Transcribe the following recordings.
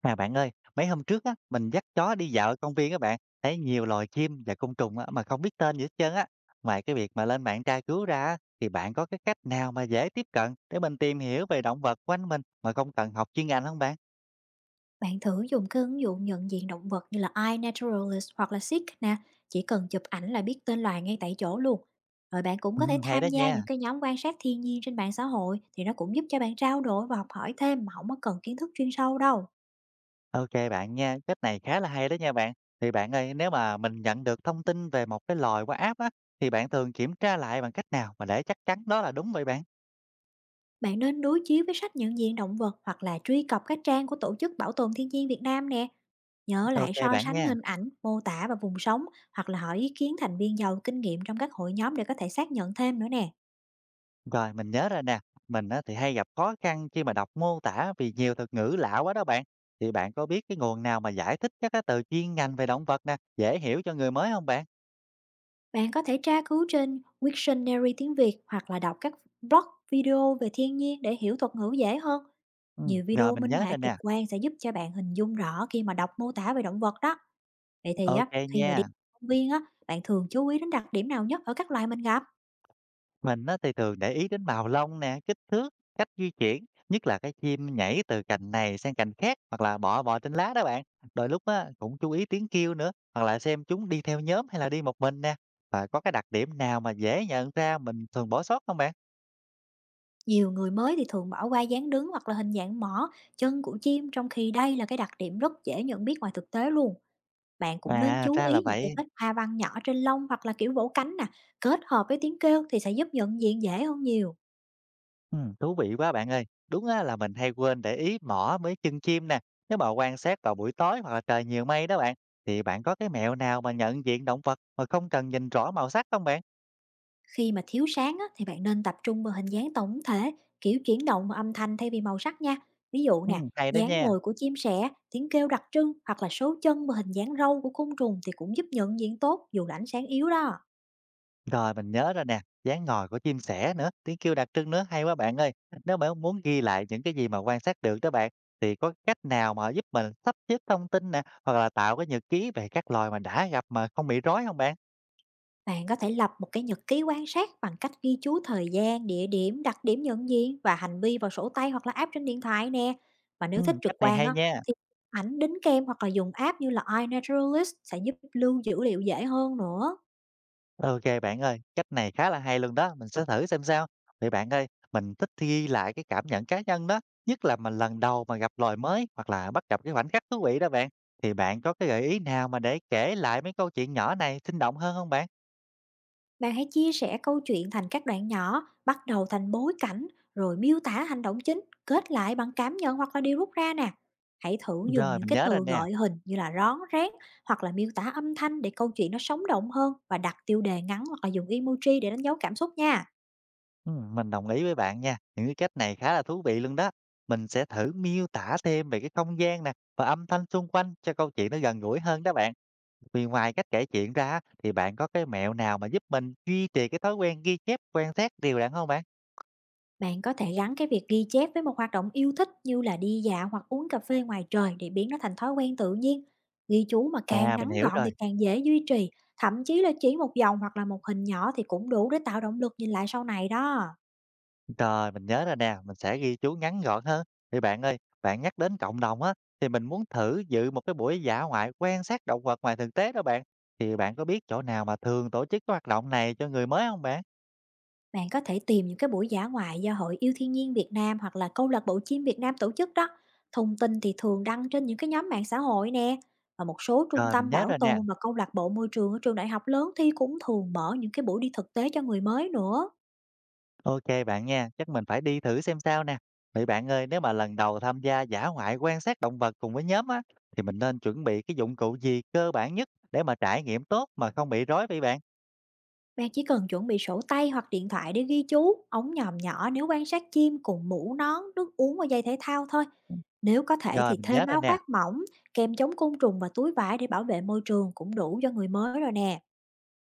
À, bạn ơi, mấy hôm trước á, mình dắt chó đi dạo ở công viên các bạn, thấy nhiều loài chim và côn trùng á, mà không biết tên gì hết trơn á. Ngoài cái việc mà lên mạng tra cứu ra á, thì bạn có cái cách nào mà dễ tiếp cận để mình tìm hiểu về động vật quanh mình mà không cần học chuyên ngành không bạn? Bạn thử dùng cái ứng dụng nhận diện động vật như là iNaturalist hoặc là Seek nè, chỉ cần chụp ảnh là biết tên loài ngay tại chỗ luôn. Rồi bạn cũng có Ừ, thể hay đó tham gia nha. những cái nhóm quan sát thiên nhiên trên mạng xã hội thì nó cũng giúp cho bạn trao đổi và học hỏi thêm mà không có cần kiến thức chuyên sâu đâu. Ok bạn nha, cách này khá là hay đó nha bạn. Thì bạn ơi, nếu mà mình nhận được thông tin về một cái loài qua app á, thì bạn thường kiểm tra lại bằng cách nào mà để chắc chắn đó là đúng vậy bạn? Bạn nên đối chiếu với sách nhận diện động vật hoặc là truy cập các trang của Tổ chức Bảo tồn Thiên nhiên Việt Nam nè. Nhớ lại Ok so bạn sánh nha. hình ảnh, mô tả và vùng sống, hoặc là hỏi ý kiến thành viên giàu kinh nghiệm trong các hội nhóm để có thể xác nhận thêm nữa nè. Rồi, mình nhớ ra nè, mình á thì hay gặp khó khăn khi mà đọc mô tả vì nhiều thuật ngữ lạ quá đó bạn. Thì bạn có biết cái nguồn nào mà giải thích các cái từ chuyên ngành về động vật nè, dễ hiểu cho người mới không bạn? Bạn có thể tra cứu trên Wiktionary tiếng Việt hoặc là đọc các blog, video về thiên nhiên để hiểu thuật ngữ dễ hơn. Ừ, Nhiều rồi video mình minh nhớ họa rồi trực nè. quan sẽ giúp cho bạn hình dung rõ khi mà đọc mô tả về động vật đó. Vậy thì á, Ok khi mà đi nha. công viên á, bạn thường chú ý đến đặc điểm nào nhất ở các loài mình gặp? Mình á thì thường để ý đến màu lông nè, kích thước, cách di chuyển, nhất là cái chim nhảy từ cành này sang cành khác hoặc là bọ bò trên lá đó bạn. Đôi lúc á cũng chú ý tiếng kêu nữa, hoặc là xem chúng đi theo nhóm hay là đi một mình nè. Và có cái đặc điểm nào mà dễ nhận ra mình thường bỏ sót không bạn? Nhiều người mới thì thường bỏ qua dáng đứng hoặc là hình dạng mỏ, chân của chim, trong khi đây là cái đặc điểm rất dễ nhận biết ngoài thực tế luôn. Bạn cũng nên À, chú ra là ý những cái vậy. vết hoa văn nhỏ trên lông hoặc là kiểu vỗ cánh nè, kết hợp với tiếng kêu thì sẽ giúp nhận diện dễ hơn nhiều. Thú vị quá bạn ơi. Đúng á, là mình hay quên để ý mỏ với chân chim nè. Nếu mà quan sát vào buổi tối hoặc là trời nhiều mây đó bạn, thì bạn có cái mẹo nào mà nhận diện động vật mà không cần nhìn rõ màu sắc không bạn? Khi mà thiếu sáng á, thì bạn nên tập trung vào hình dáng tổng thể, kiểu chuyển động và âm thanh thay vì màu sắc nha. Ví dụ nè, Hay đó dáng nha. ngồi của chim sẻ, tiếng kêu đặc trưng hoặc là số chân và hình dáng râu của côn trùng thì cũng giúp nhận diện tốt dù là ánh sáng yếu đó. Rồi mình nhớ rồi nè, dáng ngồi của chim sẻ nữa, tiếng kêu đặc trưng nữa, hay quá bạn ơi. Nếu mà muốn ghi lại những cái gì mà quan sát được đó bạn, thì có cách nào mà giúp mình sắp xếp thông tin nè, hoặc là tạo cái nhật ký về các loài mà đã gặp mà không bị rối không bạn? Bạn có thể lập một cái nhật ký quan sát bằng cách ghi chú thời gian, địa điểm, đặc điểm nhận diện và hành vi vào sổ tay hoặc là app trên điện thoại nè. Và nếu thích trực Cách này quan hay á, nha. thì ảnh đính kèm hoặc là dùng app như là iNaturalist sẽ giúp lưu dữ liệu dễ hơn nữa. OK bạn ơi, cách này khá là hay luôn đó, mình sẽ thử xem sao. Vậy bạn ơi, mình thích ghi lại cái cảm nhận cá nhân đó, nhất là mình lần đầu mà gặp loài mới hoặc là bắt gặp cái khoảnh khắc thú vị đó bạn. Thì bạn có cái gợi ý nào mà để kể lại mấy câu chuyện nhỏ này sinh động hơn không bạn? Bạn hãy chia sẻ câu chuyện thành các đoạn nhỏ, bắt đầu thành bối cảnh, rồi miêu tả hành động chính, kết lại bằng cảm nhận hoặc là điều rút ra nè. Hãy thử dùng Rồi, những mình cái nhớ rồi từ nè. gợi hình như là rón rén hoặc là miêu tả âm thanh để câu chuyện nó sống động hơn, và đặt tiêu đề ngắn hoặc là dùng emoji để đánh dấu cảm xúc nha. Mình đồng ý với bạn nha. Những cái cách này khá là thú vị luôn đó. Mình sẽ thử miêu tả thêm về cái không gian nè và âm thanh xung quanh cho câu chuyện nó gần gũi hơn đó bạn. Vì ngoài cách kể chuyện ra á, thì bạn có cái mẹo nào mà giúp mình duy trì cái thói quen ghi chép quan sát đều đặn không bạn? Bạn có thể gắn cái việc ghi chép với một hoạt động yêu thích như là đi dạo hoặc uống cà phê ngoài trời để biến nó thành thói quen tự nhiên. Ghi chú mà càng À, mình ngắn hiểu gọn rồi. thì càng dễ duy trì, thậm chí là chỉ một dòng hoặc là một hình nhỏ thì cũng đủ để tạo động lực nhìn lại sau này đó. Rồi, mình nhớ rồi nè, mình sẽ ghi chú ngắn gọn hơn. Thì bạn ơi, bạn nhắc đến cộng đồng á, thì mình muốn thử dự một cái buổi dã ngoại quan sát động vật ngoài thực tế đó bạn. Thì bạn có biết chỗ nào mà thường tổ chức cái hoạt động này cho người mới không bạn? Bạn có thể tìm những cái buổi dã ngoại do Hội Yêu Thiên Nhiên Việt Nam hoặc là Câu lạc bộ chim Việt Nam tổ chức đó. Thông tin thì thường đăng trên những cái nhóm mạng xã hội nè. Và một số trung Rồi, mình tâm nhớ bảo rồi nè. tồn và câu lạc bộ môi trường ở trường đại học lớn thì cũng thường mở những cái buổi đi thực tế cho người mới nữa. Ok bạn nha, chắc mình phải đi thử xem sao nè. Vậy bạn ơi, nếu mà lần đầu tham gia dã ngoại quan sát động vật cùng với nhóm á, thì mình nên chuẩn bị cái dụng cụ gì cơ bản nhất để mà trải nghiệm tốt mà không bị rối vậy bạn? Bạn chỉ cần chuẩn bị sổ tay hoặc điện thoại để ghi chú, ống nhòm nhỏ nếu quan sát chim, cùng mũ nón, nước uống và giày thể thao thôi. Nếu có thể Rồi, thì mình nhớ thêm rồi áo nè. khoác mỏng, kèm chống côn trùng và túi vải để bảo vệ môi trường cũng đủ cho người mới rồi nè.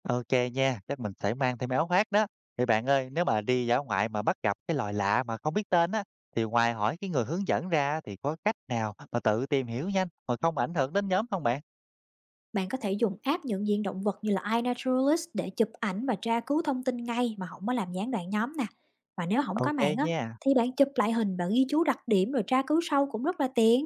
Ok nha, chắc mình sẽ mang thêm áo khoác đó. Vậy bạn ơi, nếu mà đi dã ngoại mà bắt gặp cái loài lạ mà không biết tên á, thì ngoài hỏi cái người hướng dẫn ra thì có cách nào mà tự tìm hiểu nhanh mà không ảnh hưởng đến nhóm không bạn? Bạn có thể dùng app nhận diện động vật như là iNaturalist để chụp ảnh và tra cứu thông tin ngay mà không có làm gián đoạn nhóm nè. Và nếu không có Ok mạng á, nha. thì bạn chụp lại hình và ghi chú đặc điểm rồi tra cứu sau cũng rất là tiện.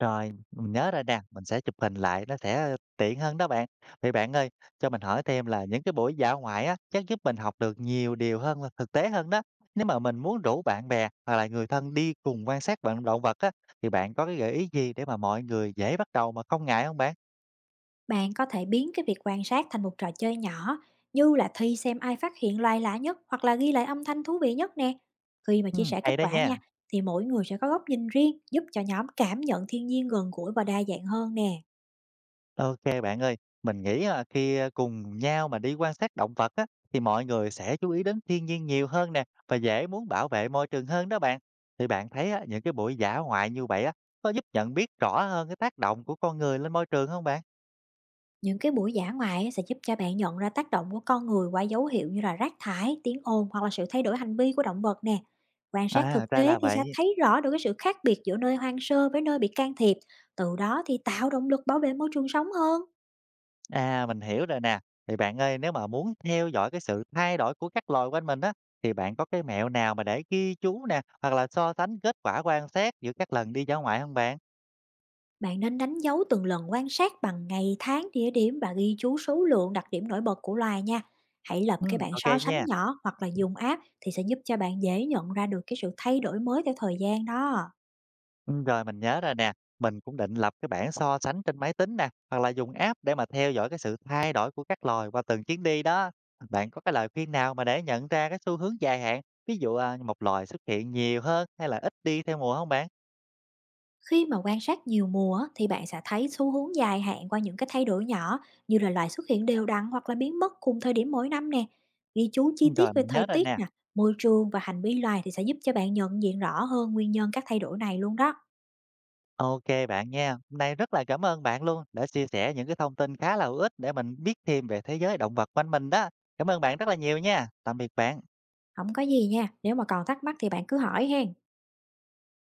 Rồi, mình nhớ ra nè, mình sẽ chụp hình lại nó sẽ tiện hơn đó bạn. Vậy bạn ơi, cho mình hỏi thêm là những cái buổi dã ngoại á, chắc giúp mình học được nhiều điều hơn và thực tế hơn đó. Nếu mà mình muốn rủ bạn bè hoặc là người thân đi cùng quan sát vận động vật á, thì bạn có cái gợi ý gì để mà mọi người dễ bắt đầu mà không ngại không bạn? Bạn có thể biến cái việc quan sát thành một trò chơi nhỏ, như là thi xem ai phát hiện loài lạ nhất hoặc là ghi lại âm thanh thú vị nhất nè. Khi mà Ừ, chia sẻ kết hay đó quả nha. nha, thì mỗi người sẽ có góc nhìn riêng, giúp cho nhóm cảm nhận thiên nhiên gần gũi và đa dạng hơn nè. OK bạn ơi, mình nghĩ là khi, cùng nhau mà đi quan sát động vật á, thì mọi người sẽ chú ý đến thiên nhiên nhiều hơn nè, và dễ muốn bảo vệ môi trường hơn đó bạn. Thì bạn thấy á, những cái buổi dã ngoại như vậy á, có giúp nhận biết rõ hơn cái tác động của con người lên môi trường không bạn? Những cái buổi dã ngoại á, sẽ giúp cho bạn nhận ra tác động của con người qua dấu hiệu như là rác thải, tiếng ồn hoặc là sự thay đổi hành vi của động vật nè. Quan sát À, thực ra là tế thì sẽ vậy. thấy rõ được cái sự khác biệt giữa nơi hoang sơ với nơi bị can thiệp, từ đó thì tạo động lực bảo vệ môi trường sống hơn. À, mình hiểu rồi nè. Thì bạn ơi, nếu mà muốn theo dõi cái sự thay đổi của các loài quanh mình á, thì bạn có cái mẹo nào mà để ghi chú nè, hoặc là so sánh kết quả quan sát giữa các lần đi dã ngoại không bạn? Bạn nên đánh dấu từng lần quan sát bằng ngày, tháng, địa điểm và ghi chú số lượng, đặc điểm nổi bật của loài nha. Hãy lập cái bảng OK so sánh nha. nhỏ hoặc là dùng app thì sẽ giúp cho bạn dễ nhận ra được cái sự thay đổi mới theo thời gian đó. Rồi mình nhớ rồi nè, mình cũng định lập cái bảng so sánh trên máy tính nè, hoặc là dùng app để mà theo dõi cái sự thay đổi của các loài qua từng chuyến đi đó. Bạn có cái lời khuyên nào mà để nhận ra cái xu hướng dài hạn, ví dụ một loài xuất hiện nhiều hơn hay là ít đi theo mùa không bạn? Khi mà quan sát nhiều mùa á, thì bạn sẽ thấy xu hướng dài hạn qua những cái thay đổi nhỏ, như là loài xuất hiện đều đặn hoặc là biến mất cùng thời điểm mỗi năm nè. Ghi chú chi tiết Rồi về mình thời nhớ rồi tiết nè. nè, môi trường và hành vi loài thì sẽ giúp cho bạn nhận diện rõ hơn nguyên nhân các thay đổi này luôn đó. OK bạn nha, hôm nay rất là cảm ơn bạn luôn đã chia sẻ những cái thông tin khá là hữu ích để mình biết thêm về thế giới động vật quanh mình đó. Cảm ơn bạn rất là nhiều nha. Tạm biệt bạn. Không có gì nha, nếu mà còn thắc mắc thì bạn cứ hỏi hen.